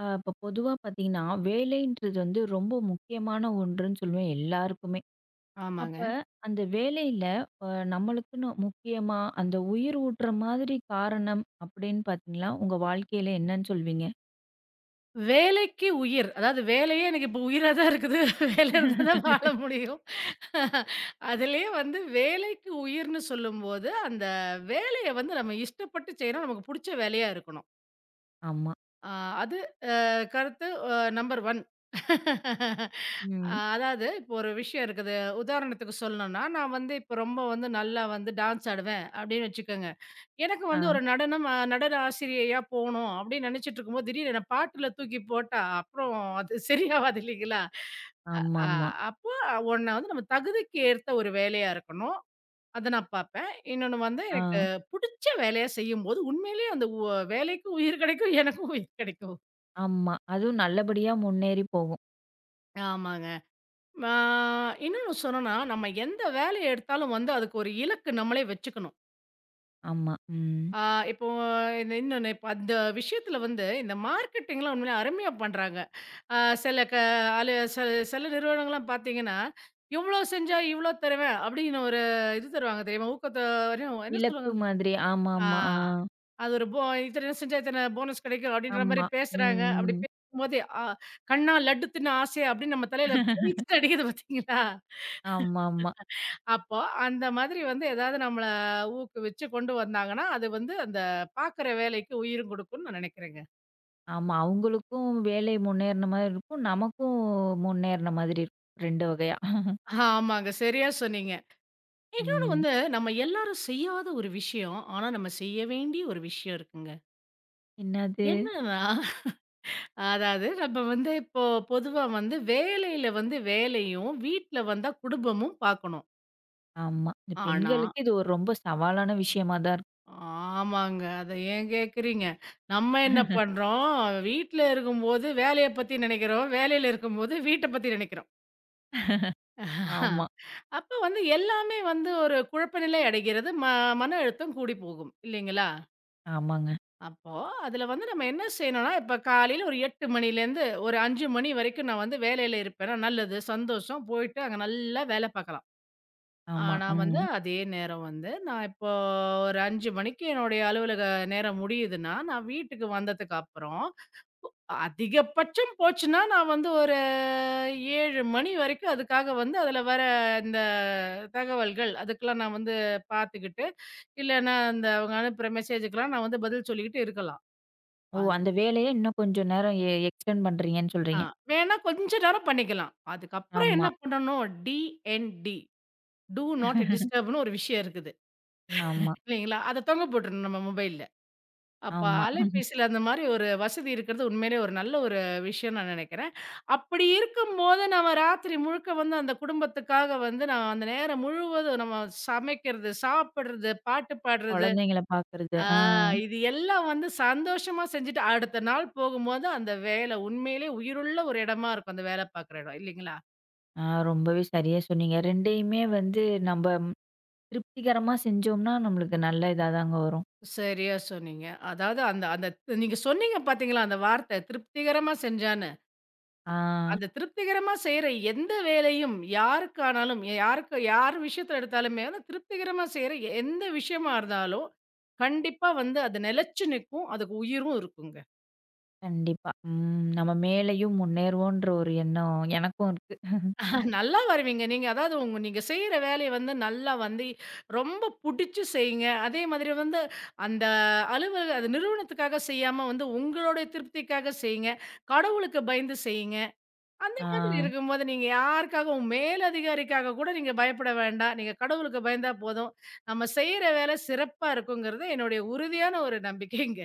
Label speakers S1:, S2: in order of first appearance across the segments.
S1: இப்ப பொதுவா பார்த்தீங்கன்னா, வேலைன்றது வந்து ரொம்ப முக்கியமான ஒன்றுன்னு சொல்லுவேன் எல்லாருக்குமே. அப்ப
S2: ஆமாங்க.
S1: அந்த வேலையில அ நம்மளுக்குன்னு முக்கியமா, அந்த உயிர் ஊட்டுற மாதிரி காரணம் அப்படின்னு பார்த்தீங்கன்னா, உங்க வாழ்க்கையில என்னன்னு சொல்வீங்க?
S2: வேலைக்கு உயிர். அதாவது வேலையே எனக்கு இப்போ உயிரா தான் இருக்குது. வேலை இருந்தா தான் வாழ முடியும். அதிலயே வந்து வேலைக்கு உயிர்ன்னு சொல்லும்போது, அந்த வேலைய வந்து நம்ம இஷ்டப்பட்டு செய்யணும். நமக்கு புடிச்ச வேலையா இருக்கணும்.
S1: ஆமா.
S2: அ அது அ கருத்து நம்பர் 1 அ
S1: ம்.
S2: அதாவது இப்போ ஒரு விஷயம் இருக்குது. உதாரணத்துக்கு சொல்லணும்னா, நான் வந்து இப்போ ரொம்ப வந்து நல்லா வந்து டான்ஸ் ஆடுவேன், அப்படின்னு வச்சுக்கோங்க. எனக்கு
S1: ஆ.
S2: வந்து ஒரு நடனம் நடன ஆசிரியையா போணும் அப்படின்னு நினைச்சிட்டு இருக்கும்போது, திடீர்னு என்ன பாட்டுல தூக்கி போட்டா, அப்புறம் அது சரியாவாது இல்லைங்களா? அ
S1: ஆமாமா.
S2: அப்போ ஒண்ணு வந்து நம்ம தகுதிக்கு ஏத்த ஒரு வேலையா இருக்கணும். அத நான் பார்ப்பேன். இன்னொன்னு வந்து
S1: ஆ.
S2: எனக்கு புடிச்ச வேலையா செய்யும்போது, உண்மையிலேயே அந்த வேலைக்கும் உயிர் கிடைக்கும், எனக்கும் உயிர் கிடைக்கும்.
S1: ஆமா. அதுவும் நல்லபடியா முன்னேறி போகும்.
S2: ஆமாங்க. ஆ இன்னொன்னு சொன்னோம்னா, நம்ம எந்த வேலைய எடுத்தாலும் வந்து அதுக்கு ஒரு இலக்கு நம்மளே வச்சுக்கணும்.
S1: ஆமா. ம்.
S2: ஆ இப்போ இந்த இன்னொன்னு, இப்ப அந்த விஷயத்துல வந்து இந்த மார்க்கெட்டிங்லாம் உண்மையிலே அருமையா பண்றாங்க. ஆ சில க அலு சில சில நிறுவனங்கள்லாம் பார்த்தீங்கன்னா, இவ்ளோ செஞ்சா இவ்ளோ தருவேன் அப்படின்னு ஒரு இது தருவாங்க தெரியுமா? ஊக்கத்த வரையும் என்ன
S1: இலக்கு
S2: சொல்லுவாங்க?
S1: மாதிரி.
S2: ஆ
S1: ஆமாமா. ஆ.
S2: அது ஒரு போ இத்தன செஞ்சா இத்தன போனஸ் கிடைக்கும் அப்படின்ற மாரி
S1: ஆமா. ம்.
S2: பேசுறாங்க. அப்படி
S1: ம்.
S2: பேசும்போதே கண்ணா லட்டு தின்ன ஆசை அப்படின்னு நம்ம தலையில பளீச்சுன்னு அடிக்குது பார்த்தீங்களா?
S1: ஆமாமா.
S2: அப்போ அந்த மாதிரி வந்து ஏதாவது நம்மள ஊக்குவிச்சு கொண்டு வந்தாங்கன்னா, அது வந்து அந்த பார்க்குற வேலைக்கு உயிரும் கொடுக்கும்னு நான் நினைக்கிறேங்க.
S1: ஆமா. அவங்களுக்கும் வேலை முன்னேறின மாதிரி இருக்கும். நமக்கும் முன்னேறின மாதிரி இருக்கும். 2 வகையா.
S2: ஆமாங்க. சரியா சொன்னீங்க. இன்னொன்னு
S1: ம்.
S2: வந்து, நம்ம எல்லாரும் செய்யாத ஒரு விஷயம். ஆனா, நம்ம செய்ய வேண்டிய ஒரு விஷயம் இருக்குங்க.
S1: என்னது?
S2: என்னன்னா, அதாவது நம்ம வந்து இப்போ பொதுவா வந்து வேலையில வந்து வேலையும், வீட்ல வந்தா குடும்பமும் பார்க்கணும்.
S1: ஆமா. இந்த
S2: ஆனா
S1: பெண்களுக்கு இது ஒரு ரொம்ப சவாலான விஷயமா தான் இருக்கும்.
S2: ஆமாங்க. அத ஏன் கேட்குறீங்க? நம்ம என்ன பண்றோம், வீட்ல இருக்கும்போது வேலைய பத்தி நினைக்கிறோம். வேலையில இருக்கும்போது வீட்ட பத்தி நினைக்கிறோம். ஆஹா.
S1: ஆமா.
S2: அப்ப வந்து எல்லாமே வந்து ஒரு குழப்ப நிலை அடைகிறது. மன அழுத்தம் கூடி போகும். இல்லைங்களா?
S1: ஆமாங்க.
S2: அப்போ, அதுல வந்து நம்ம என்ன செய்யணும்னா, இப்ப காலையில ஒரு 8 மணிலேருந்து ஒரு 5 மணி வரைக்கும் நான் வந்து வேலையில இருப்பேன்னா நல்லது, சந்தோஷம். போயிட்டு அங்க நல்லா வேல பார்க்கலாம்.
S1: ஆமா.
S2: ஆனா வந்து
S1: ம்.
S2: அதே நேரம் வந்து, நான் இப்போ ஒரு 5 மணிக்கு என்னுடைய அலுவலக நேரம் முடியுதுன்னா, நான் வீட்டுக்கு வந்ததுக்கு அப்புறம், அதிகபட்சம் போச்சுன்னா நான் வந்து ஒரு 7 மணி வரைக்கும் அதுக்காக வந்து அதுல வர இந்த தகவல்கள், அதுக்கெல்லாம் நான் வந்து பார்த்துக்கிட்டு, இல்லன்னா அந்த அவங்க அனுப்புற மெசேஜுக்கெல்லாம் நான் வந்து பதில் சொல்லிக்கிட்டு இருக்கலாம்.
S1: ஓ!
S2: அது
S1: அந்த வேலைய இன்னும் கொஞ்சம் நேரம் எக்ஸ்டெண்ட் பண்றீங்கன்னு
S2: ஆ
S1: சொல்றீங்க.
S2: வேணா கொஞ்ச நேரம் பண்ணிக்கலாம். அதுக்கப்புறம்
S1: ஆமா.
S2: என்ன பண்ணணும்? டிஎன்டி டூ நாட் டிஸ்டர்ப்ன்னு ஒரு விஷயம் இருக்குது.
S1: ஆமா.
S2: இல்லைங்களா? அத தொங்க போட்டுறணும் நம்ம மொபைல்ல. அப்ப
S1: ஆமா.
S2: அலைபேசியில அந்த மாரி ஒரு வசதி இருக்கிறது உண்மையிலே ஒரு நல்ல ஒரு விஷயம்னு நான் நெனைக்கிறேன். அப்படி இருக்கும்போது நம்ம ராத்திரி முழுக்க வந்து அந்த குடும்பத்துக்காக வந்து நான் அந்த நேரம் முழுவதும் நம்ம சமைக்கிறது, சாப்பிடுறது, பாட்டு பாடுறது,
S1: குழந்தைங்கள பார்க்கறது.
S2: ஆ
S1: ஆ.
S2: இது எல்லாம் வந்து சந்தோஷமா செஞ்சுட்டு அடுத்த நாள் போகும்போது அந்த வேலை உண்மையிலே உயிருள்ள ஒரு இடமா இருக்கும் அந்த வேலை பார்க்குற இடம். இல்லைங்களா?
S1: ஆ ரொம்பவே சரியா சொன்னீங்க. 2யுமே வந்து நம்ப திருப்திகரமா செஞ்சோம்னா, நம்மளுக்கு நல்ல இதா தாங்க வரும்.
S2: சரியா சொன்னீங்க. அதாவது அந்த அந்த நீங்க சொன்னீங்க பார்த்தீங்களா, அந்த வார்த்தை திருப்திகரமா செஞ்சான்னு.
S1: ஆ.
S2: அந்த திருப்திகரமா செய்ற எந்த வேலையும் யாருக்கானாலும், யாருக்கு யார் விஷயத்துல எடுத்தாலுமே, அந்த திருப்திகரமா செய்ற எந்த விஷயமா இருந்தாலும், கண்டிப்பா வந்து அது நிலைச்சு நிக்கும். அதுக்கு உயிரும் இருக்குங்க.
S1: கண்டிப்பா. ம். நம்ம மேலயும் முன்னேறுவோன்ற ஒரு எண்ணம் எனக்கும் இருக்கு.
S2: நல்லா வருவீங்க. நீங்க அதாவது நீங்க செய்ற வேலைய வந்து நல்லா வந்து ரொம்ப புடிச்சு செய்யுங்க. அதே மாதிரி வந்து அந்த அலுவலக அந்த நிறுவனத்துக்காக செய்யாம வந்து உங்களுடைய திருப்திக்காக செய்யுங்க. கடவுளுக்கு பயந்து செய்யுங்க. அந்த
S1: ஆ.
S2: மாதிரி இருக்கும்போது நீங்க யாருக்காகவும் மேலதிகாரிக்காக கூட நீங்க பயப்பட வேண்டாம். நீங்க கடவுளுக்கு பயந்தா போதும். நம்ம செய்ற வேலை சிறப்பா இருக்குங்கிறது என்னுடைய உறுதியான ஒரு நம்பிக்கைங்க.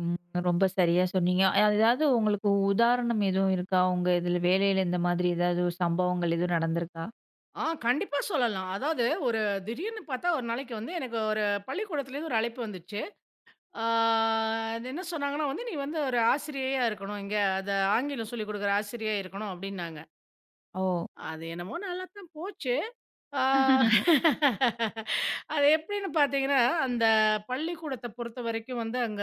S1: ம். ரொம்ப சரியா சொன்னீங்க. அதாவது உங்களுக்கு உதாரணம் எதுவும் இருக்கா? உங்க இதுல வேலையில இந்த மாதிரி ஏதாவது ஒரு சம்பவங்கள் எதுவும் நடந்திருக்கா?
S2: கண்டிப்பா சொல்லலாம். அதாவது திடீர்னு பார்த்தா ஒரு நாளைக்கு வந்து எனக்கு ஒரு பள்ளிக்கூடத்துலேருந்து ஒரு அழைப்பு வந்துச்சு. ஆ அது என்ன சொன்னாங்கன்னா வந்து, "நீ வந்து ஒரு ஆசிரியையா இருக்கணும். இங்க அத ஆங்கிலம் சொல்லிக் குடுக்குற ஆசிரியையா இருக்கணும்" அப்டின்னாங்க.
S1: ஓ!
S2: அது என்னமோ நல்லாத்தான் போச்சு. ஆ அது எப்படின்னு பார்த்தீங்கன்னா, அந்த பள்ளிக்கூடத்த பொறுத்தவரைக்கும் வந்து அங்க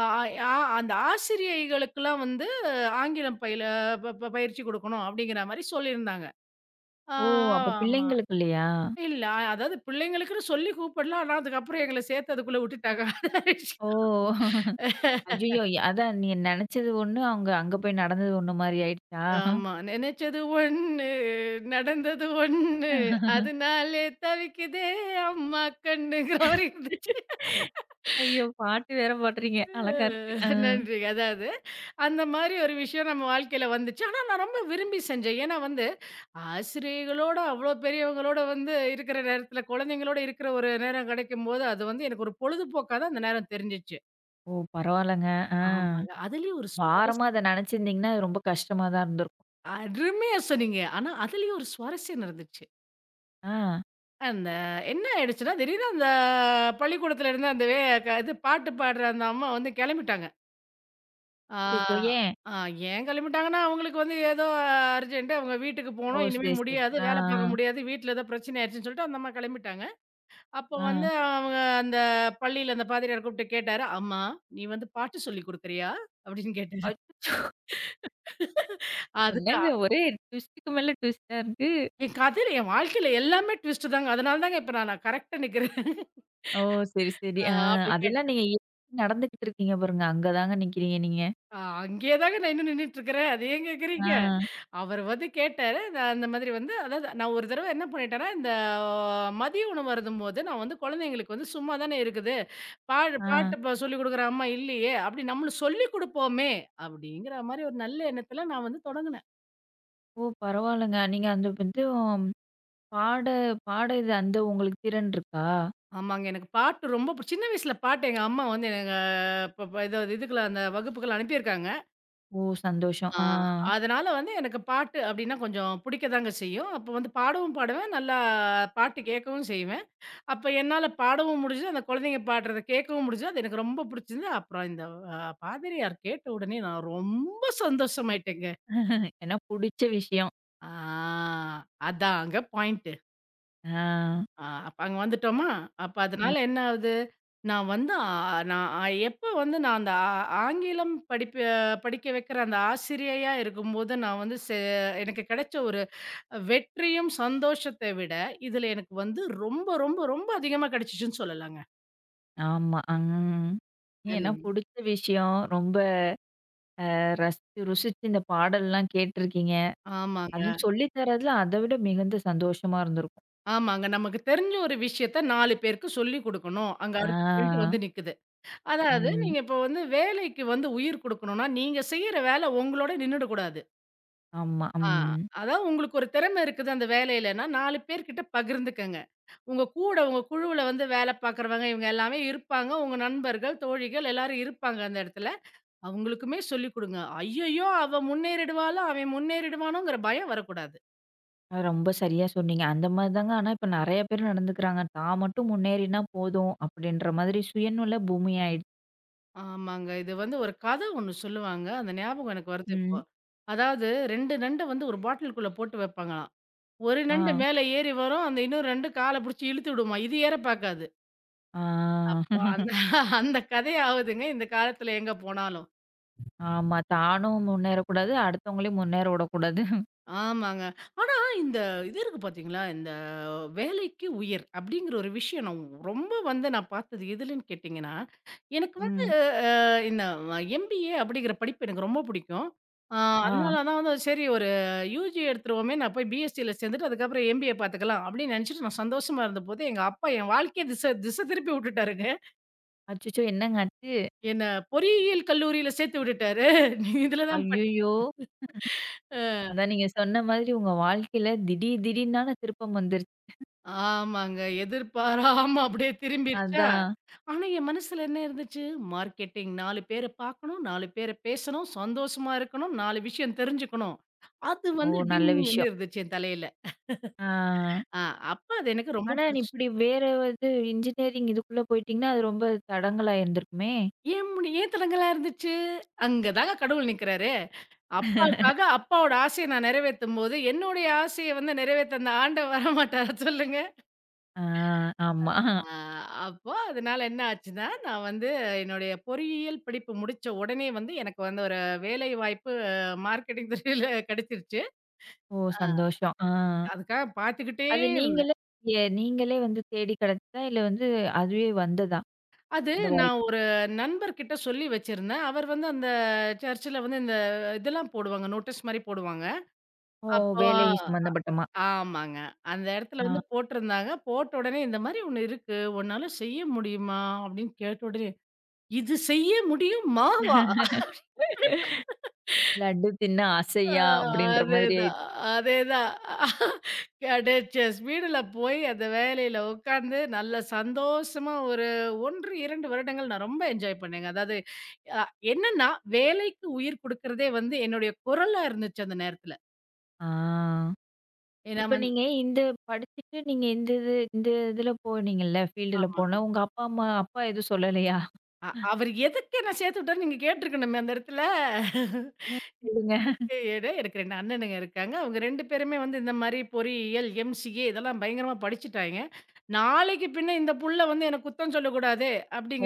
S2: அ ஆ அந்த ஆசிரியைகளுக்கெல்லாம் வந்து ஆங்கிலம் பயில ப ப பயிற்சி குடுக்கணும் அப்படிங்கிற மாரி சொல்லியிருந்தாங்க. ஆ
S1: ஓ! அப்ப
S2: ஆமா.
S1: பிள்ளைங்களுக்கு இல்லையா?
S2: இல்ல அதாவது பிள்ளைங்களுக்குன்னு சொல்லி கூப்பிடலாம். ஆனா அதுக்கப்புறம் எங்கள சேர்த்து அதுக்குள்ள விட்டுட்டாங்க. அதான் விஷயம்.
S1: ஓ! ஐயய்யோ! அதான் நீங்க நெனச்சது ஒண்ணு, அவங்க அங்க போய் நடந்தது ஒண்ணு மாரி ஆயிடுச்சா?
S2: ஆமா. நினைச்சது ஒண்ணு, நடந்தது ஒண்ணு. அதனாலே தவிக்குதே அம்மா கண்ணுங்கிற மாரி இருந்துச்சு.
S1: ஐயோ! பாட்டு வேற பாடுறீங்க. அழகா இருக்கு. ஆ.
S2: நன்றி. அதாவது, அந்த மாரி ஒரு விஷயம் நம்ம வாழ்க்கையில வந்துச்சு. ஆனா, நான் ரொம்ப விரும்பி செஞ்சேன். ஏன்னா வந்து, ஆசிரியைகளோட, அவ்ளோ பெரியவங்களோட வந்து இருக்கிற நேரத்தில, குழந்தைங்களோட இருக்கிற ஒரு நேரம் கிடைக்கும்போது, அது வந்து எனக்கு ஒரு பொழுதுபோக்கா தான் அந்த நேரம் தெரிஞ்சுச்சு.
S1: ஓ! பரவால்லங்க. ஆ.
S2: ஆமாங்க. அதிலயும் ஒரு சுவாரஸ்
S1: பாரமா அத நெனச்சிருந்தீங்கன்னா, அது ரொம்ப கஷ்டமா தான் இருந்திருக்கும்.
S2: அருமையா சொன்னீங்க. ஆனா, அதிலயும் ஒரு சுவாரஸ்யம் நடந்துச்சு.
S1: ஆ.
S2: அந்த என்ன ஆயிடுச்சுன்னா, திடீர்னு அந்த பள்ளிக்கூடத்துல இருந்து அந்த வே க இது பாட்டு பாடுற அந்த அம்மா வந்து கெளம்பிட்டாங்க. ஆ,
S1: அச்சச்சோ! ஏன்?
S2: ஆ ஏன் கெளம்பிட்டாங்கன்னா, அவங்களுக்கு வந்து ஏதோ அர்ஜென்ட்டு அவங்க வீட்டுக்கு
S1: ஓ!
S2: போணும். இனிமே
S1: சரி, சரி.
S2: முடியாது.
S1: ஆ,
S2: வேல பாக்க முடியாது. வீட்ல ஏதோ பிரச்சனை ஆயிருச்சுன்னு சொல்லிட்டு அந்த அம்மா கெளம்பிட்டாங்க. அப்போ
S1: ஆ, ஆ.
S2: வந்து அவங்க அந்த பள்ளியில அந்த பாதிரியார் கூப்ட்டு கேட்டாரு, "அம்மா, நீ வந்து பாட்டு சொல்லிக் குடுக்குறியா?" அப்படின்னு கேட்டாரு.
S1: அச்சச்சோ!
S2: அதுக்கு
S1: என்னங்க
S2: அ-
S1: ஒரே ட்விஸ்ட்டுக்கு மேல ட்விஸ்ட்டா இருக்கு.
S2: என் கதையில என் வாழ்க்கையில எல்லாமே ட்விஸ்ட்டு தாங்க. அதனால தாங்க இப்ப நான் நான் கரெக்ட்டா நிக்கிறேன்.
S1: ஓ! சரி, சரி.
S2: ஆ
S1: ஆ
S2: அப்படி
S1: அதெல்லாம்
S2: கேட்டேன்.
S1: நீங்க எப்படி நடந்துகிட்டு இருக்கீங்க பாருங்க. அங்க தாங்க நிக்கிறீங்க நீங்க.
S2: அங்கேயே தாங்க நான் இன்னும் நின்னுட்டுருக்கிறேன். அது ஏன் கேட்கிறீங்க?
S1: ஆ,
S2: அவரு வந்து கேட்டாரு. நான் அந்த மாதிரி வந்து அதாவது நான் ஒரு தடவ என்ன பண்ணிட்டேன்னா, ஆ, மதிய உணவு அருந்தும்போது நான் வந்து குழந்தைங்களுக்கு வந்து சும்மா தானே இருக்குது.
S1: ஆ.
S2: பாட்டு சொல்லிக் குடுக்குற அம்மா இல்லையே! அப்படி நம்மளும் சொல்லிக் குடுப்போமே! அப்படிங்கிற மாரி ஒரு நல்ல எண்ணத்துல நான் வந்து தொடங்குனேன்.
S1: ஓ! பரவால்லங்க. நீங்க அந்த இதுவும் பாட பாட இது அந்த உங்களுக்கு திறன் இருக்கா?
S2: ஆமாங்க. எனக்கு பாட்டு ரொம்ப சின்ன வயசுல பாட்டு எங்க அம்மா வந்து எங்க ப ப இது இதுக்குலாம் அந்த வகுப்புக்குலாம் அனுப்பியிருக்காங்க.
S1: ஓ! சந்தோஷம்.
S2: ஆ
S1: ஆ.
S2: அதனால வந்து எனக்கு பாட்டு அப்டின்னா கொஞ்சம் பிடிக்கதாங்க செய்யும். அப்போ வந்து பாடவும் பாடுவேன். நல்லா பாட்டு கேட்கவும் செய்வேன். அப்ப என்னால பாடவும் முடிஞ்சது, அந்த குழந்தைங்க பாடுறத கேட்கவும் முடிஞ்சது. அது எனக்கு ரொம்ப பிடிச்சிருந்தது. அப்புறம் இந்த அ பாதிரியார் கேட்ட உடனே நான் ரொம்ப சந்தோஷமாயிட்டேங்க.
S1: ஏன்னா புடிச்ச விஷயம்.
S2: ஆ அதாங்க பாயிண்ட்டு.
S1: ஆ.
S2: அப்ப அங்க வந்துட்டோமா? அப்ப
S1: ம்.
S2: அதனால என்ன ஆகுது? நான் வந்து ஆ நான் ஆ- எப்ப வந்து நான் அந்த ஆ ஆங்கிலம் படிப்பு படிக்க வைக்கிற அந்த ஆசிரியையா இருக்கும்போது, நான் வந்து செ எனக்கு கிடைச்ச ஒரு வெற்றியும், சந்தோஷத்த விட, இதுல எனக்கு வந்து ரொம்ப, ரொம்ப, ரொம்ப அதிகமா கிடைச்சுச்சுன்னு சொல்லலாங்க.
S1: ஆமா. ம். ஏன்னா
S2: நல்லது.
S1: புடிச்ச விஷயம். ரொம்ப ரசிச்சு ருசிச்சு இந்த பாடல்லாம் கேட்டுருக்கீங்க.
S2: ஆமாங்க,
S1: அதுவும் சொல்லி தரதுல அத விட மிகுந்த சந்தோஷமா இருந்திருக்கும்.
S2: ஆமாங்க. நமக்கு தெரிஞ்ச ஒரு விஷயத்த 4 பேருக்கு சொல்லிக் குடுக்கணும். அங்க
S1: ஆ.
S2: அடுத்த பாயிண்ட் வந்து நிக்குது. அதாவது
S1: ம்.
S2: நீங்க இப்போ வந்து வேலைக்கு வந்து உயிர் குடுக்கணும்னா, நீங்க செய்ற வேலை உங்களோட நின்னுடக்கூடாது.
S1: ஆமா.
S2: ஆ
S1: ம்.
S2: அதான் உங்களுக்கு ஒரு திறமை இருக்குது அந்த வேலையிலன்னா, 4 பேர்கிட்ட பகிர்ந்துக்கங்க. உங்க குழுவுல வந்து வேலை பாக்குறவங்க, இவங்க எல்லாமே இருப்பாங்க. உங்க நண்பர்கள், தோழிகள் எல்லாரும் இருப்பாங்க அந்த இடத்துல. அவங்களுக்குமே சொல்லிக் குடுங்க. ஐயய்யோ! அவ முன்னேறிடுவாளா? அவன் முன்னேறிடுவானோங்கிற பயம் வரக்கூடாது.
S1: அது ரொம்ப சரியா சொன்னீங்க. அந்த மாதிரி தாங்க ஆனா இப்ப நெறைய பேர் நடந்துக்கிறாங்க. தான் மட்டும் முன்னேறினா போதும் அப்படின்ற மாதிரி சுயநல பூமி ஆயிடுச்சு.
S2: ஆமாங்க. இது வந்து ஒரு கத ஒண்ணு சொல்லுவாங்க. அந்த ஞாபகம் எனக்கு வருது இப்போ.
S1: ம்.
S2: அதாவது 2 நண்ட வந்து ஒரு பாட்டிலுக்குள்ள போட்டு வைப்பாங்களாம். ஒரு நண்டு
S1: ஆ.
S2: மேல ஏறி வரும். அந்த இன்னொரு நண்டு கால புடிச்சு இழுத்து விடுமாம். இது ஏற பாக்காது.
S1: ஆ.
S2: அப்போ அந்த அந்த கதை ஆவுதுங்க இந்த காலத்துல எங்க போனாலும்.
S1: ஆமா. தானும் முன்னேறக்கூடாது, அடுத்தவங்களையும் முன்னேற விடக்கூடாது.
S2: ஆமாங்க. ஆனா, இந்த இது இருக்கு பார்த்தீங்களா? இந்த வேலைக்கு உயர் அப்படிங்கிற ஒரு விஷயம் நான் ரொம்ப வந்து நான் பார்த்தது எதுலன்னு கேட்டீங்கன்னா, எனக்கு வந்து
S1: ம்.
S2: அ இந்த எம்பிஏ அப்படிங்கிற படிப்பு எனக்கு ரொம்ப பிடிக்கும். ஆ
S1: ஆ.
S2: அதனால தான் வந்து சரி ஒரு யுஜி எடுத்துருவோமே, நான் போய் பிஎஸ்சில சேர்ந்துட்டு அதுக்கப்புறம் எம்பிஏ பார்த்துக்கலாம் அப்படின்னு நினைச்சுட்டு நான் சந்தோஷமா இருந்தபோது, எங்க அப்பா என் வாழ்க்கைய திசை திசை திருப்பி விட்டுட்டாருங்க.
S1: அச்சச்சோ! என்னங்க ஆச்சு?
S2: என்ன பொறியியல் கல்லூரியில சேர்த்து விட்டுட்டாரு. நீ இதுல தான் படி
S1: ஐய்யயோ!
S2: அ.
S1: அதான் நீங்க சொன்ன மாதிரி உங்க வாழ்க்கையில திடீர் திடீர்னான திருப்பம் வந்துருச்சு.
S2: ஆமாங்க. எதிர்பாராம அப்படியே திரும்பிருச்சா?
S1: அதான்.
S2: ஆனா என் மனசுல என்ன இருந்துச்சு? மார்க்கெட்டிங் 4 பேர பார்க்கணும், 4 பேர பேசணும், சந்தோஷமா இருக்கணும், 4 விஷயம் தெரிஞ்சுக்கணும். அது
S1: ஓ!
S2: வந்து
S1: நல்ல
S2: டிங்ன்னு
S1: விஷயம்.
S2: இருந்துச்சு என் தலையில.
S1: ஆ.
S2: ஆ அப்ப அது எனக்கு ரொம்ப
S1: ஆனா, நீ
S2: புடிச்சு
S1: இப்படி வேற இது இன்ஜினியரிங் இதுக்குள்ள போயிட்டீங்கன்னா, அது ரொம்ப தடங்கலா இருந்திருக்குமே?
S2: ஏன் தலங்கலா இருந்துச்சு? அங்க தாங்க கடவுள் நிக்கிறாரு. அப்பாவுக்காக அப்பாவோட ஆசைய நான் நிறைவேத்தும்போது, என்னுடைய ஆசைய வந்து நிறைவேத்த அந்த ஆண்டவன் வரமாட்டாரா சொல்லுங்க?
S1: ஆ, ஆமா.
S2: ஆ அப்போ அதனால என்ன ஆச்சுன்னா, நான் வந்து என்னுடைய பொறியியல் படிப்பு முடிச்ச உடனே வந்து எனக்கு வந்து ஒரு வேலை வாய்ப்பு மார்க்கெட்டிங் துறையில கிடைச்சிருச்சு.
S1: ஓ!
S2: ஆ.
S1: சந்தோஷம். ஆ.
S2: அதுக்காக பார்த்துக்கிட்டே
S1: அது
S2: இருந்தேன்.
S1: நீங்களே எ நீங்களே வந்து தேடி கிடைச்சதா? இல்ல வந்து அதுவே வந்ததா? இந்த
S2: நான்
S1: வாய்ப்பு.
S2: ஒரு நண்பர்கிட்ட சொல்லி வச்சிருந்தேன். அவர் வந்து அந்த சர்ச்சில வந்து இதெல்லாம் போடுவாங்க. நோட்டீஸ் மாரி போடுவாங்க.
S1: ஓ!
S2: அப்போ
S1: வேலை சம்மந்தப்பட்டமா?
S2: ஆமாங்க. அந்த இடத்துல
S1: ஆ.
S2: வந்து போட்டிருந்தாங்க. போட்ட உடனே இந்த மாரி ஒண்ணு இருக்கு. உன்னால செய்ய முடியுமா? அப்படின்னு கேட்ட உடனே, இது செய்ய முடியுமாவா?
S1: லட்டு தின்ன
S2: ஆ
S1: ஆசையா? அப்படின்ற மாதிரி
S2: அதேதான்,
S1: ஆயிடுச்சு.
S2: அதேதான். கிடைச்ச ஸ்பீடுல போய் அந்த வேலையில உட்கார்ந்து, நல்ல சந்தோஷமா ஒரு 1, 2 வருடங்கள் நான் ரொம்ப என்ஜாய் பண்ணேங்க. அதாவது அ என்னன்னா, வேலைக்கு உயிர் குடுக்குறதே வந்து என்னுடைய குரலா இருந்துச்சு அந்த நேரத்துல.
S1: ஆ.
S2: ஏன்னா
S1: இப்ப
S2: வந்து
S1: நீங்க இந்த படிச்சுட்டு நீங்க இந்த இது இந்த இதுல போனீங்கல்ல, ஃபீல்டுல
S2: ஆமா.
S1: போன உங்க அப்பா, அம்மா அப்பா எதுவும் சொல்லலையா?
S2: அவரு எதுக்கு என்ன சேர்த்து விட்டாருன்னு நீங்க கேட்டுருக்கணுமே அந்த இடத்துல.
S1: ம். சொல்லுங்க.
S2: ஏன்னா, எனக்கு 2 அண்ணனுங்க இருக்காங்க. அவங்க 2 பேருமே வந்து இந்த மாரி பொறியியல், எம்சிஏ இதெல்லாம் பயங்கரமா படிச்சுட்டாய்ங்க. நாளைக்கு பின்ன இந்த புள்ள வந்து என்ன குத்தம் சொல்லக்கூடாதே!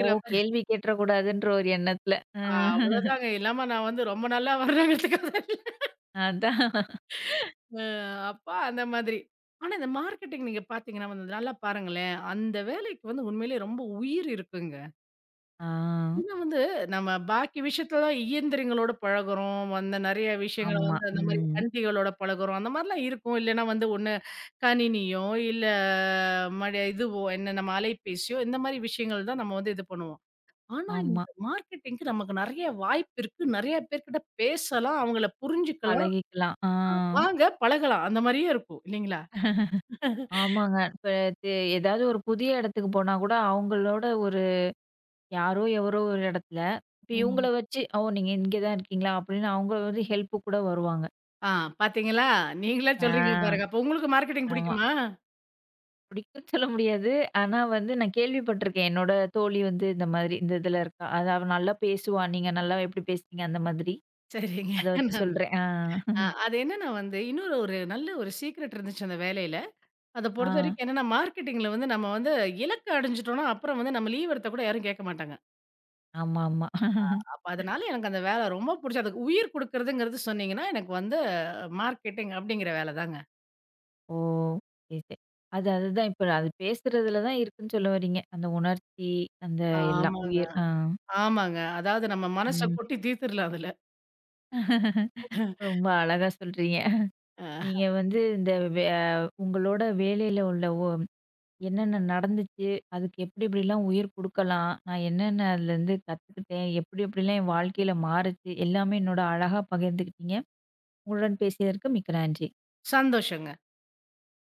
S1: ஓ!
S2: மாரி
S1: கேள்வி கேட்றக்கூடாதுன்ற ஒரு எண்ணத்துல. அ
S2: அவ்வளோதாங்க. இல்லாம நான் வந்து ரொம்ப நல்லா வர்றேங்கிறதுக்காக
S1: அதான்.
S2: அ அப்ப அந்த மாதிரி. ஆனா இந்த மார்க்கெட்டிங் நீங்க பார்த்தீங்கன்னா வந்து நல்லா பாருங்களேன். அந்த வேலைக்கு வந்து உண்மையிலேயே ரொம்ப உயிர் இருக்குங்க.
S1: ஆ.
S2: ஏன்னா வந்து, நம்ம பாக்கி விஷயத்துலலாம் இயந்திரங்களோட பழகுறோம். வந்து நெறைய விஷயங்கள
S1: ஆமா.
S2: வந்து அந்த மாரி
S1: ம்.
S2: வண்டிகளோட பழகுறோம். அந்த மாரிலாம் இருக்கும். இல்லன்னா வந்து ஒண்ணு கணினியோ, இல்ல மடி இதுவோ என்ன நம்ம அலைபேசியோ, இந்த மாரி விஷயங்கள் தான் நம்ம வந்து இது பண்ணுவோம். ஆனா
S1: ஆமா.
S2: இந்த மார்க்கெட்டிங்க்கு நமக்கு நெறைய வாய்ப்பு இருக்கு. நெறைய பேர்கிட்ட பேசலாம். அவங்கள புரிஞ்சுக்கலாம்.
S1: பழகிக்கலாம். ஆ.
S2: வாங்க பழகலாம். அந்த மாரியே இருக்கும். இல்லைங்களா?
S1: ஆமாங்க. இப்ப தெ ஏதாவது ஒரு புதிய இடத்துக்கு போனா கூட அவங்களோட ஒரு யாரோ எவரோ ஒரு இடத்துல, இப்ப இவங்கள
S2: ம்.
S1: வச்சு, "ஓ! நீங்க இங்க தான் இருக்கீங்களா?" அப்படின்னு அவங்க வந்து ஹெல்ப்பு கூட வருவாங்க.
S2: ஆ பாத்தீங்களா? நீங்களா
S1: ஆ.
S2: சொல்றீங்க பாருங்க. அப்போ உங்களுக்கு மார்க்கெட்டிங்
S1: ஆமா.
S2: பிடிக்குமா?
S1: பிடிக்கும்னு சொல்ல முடியாது. ஆனா வந்து நான் கேள்விப்பட்டுருக்கேன். என்னோட தோழி வந்து இந்த மாதிரி இந்த இதுல இருக்கா. அது அவ நல்லா பேசுவா. நீங்க நல்லா எப்படி பேசுனீங்க? அந்த மாதிரி.
S2: சரிங்க.
S1: அத வச்சு சொல்றேன். ஆ.
S2: அது என்னன்னா வந்து, இன்னொரு ஒரு நல்ல ஒரு சீக்ரெட் இருந்துச்சு அந்த வேலையில. அத
S1: ஆ.
S2: பொறுத்தவரைக்கும் என்னன்னா, மார்க்கெட்டிங்ல வந்து நம்ம வந்து இலக்க அடைஞ்சுட்டோம்னா, அப்புறம் வந்து நம்ம லீவ் எடுத்தா கூட யாரும் கேட்க மாட்டாங்க.
S1: ஆமாமா.
S2: அப்ப அதனால எனக்கு அந்த வேலை ரொம்ப புடிச்சு, அதுக்கு உயிர் குடுக்குறதுங்கிறது சொன்னீங்கன்னா, எனக்கு வந்து மார்க்கெட்டிங் அப்படிங்கிற வேலை தாங்க.
S1: ஓ! சரி, சரி. அது அதுதான் இப்ப அது பேசுறதுல தான் இருக்குன்னு சொல்ல வர்றீங்க. அந்த உணர்ச்சி, அந்த எல்லாம்
S2: ஆமாங்க,
S1: உயிர். ஆ.
S2: ஆமாங்க. அதாவது நம்ம மனச
S1: ம்.
S2: கொட்டி தீர்த்துரலாம் அதுல.
S1: ரொம்ப அழகா சொல்றீங்க.
S2: அ
S1: நீங்க வந்து இந்த வே உங்களோட வேலையில உள்ள என்னென்ன நடந்துச்சு? அதுக்கு எப்படி எப்படிலாம் உயிர் குடுக்கலாம்? நான் என்னென்ன அதுலேருந்து கத்துக்கிட்டேன்? எப்படி எப்படிலாம் என் வாழ்க்கையில மாறுச்சு? எல்லாமே என்னோட அழகா பகிர்ந்துக்கிட்டீங்க. உங்களுடன் பேசியதற்கு மிக்க நன்றி.
S2: சந்தோஷங்க.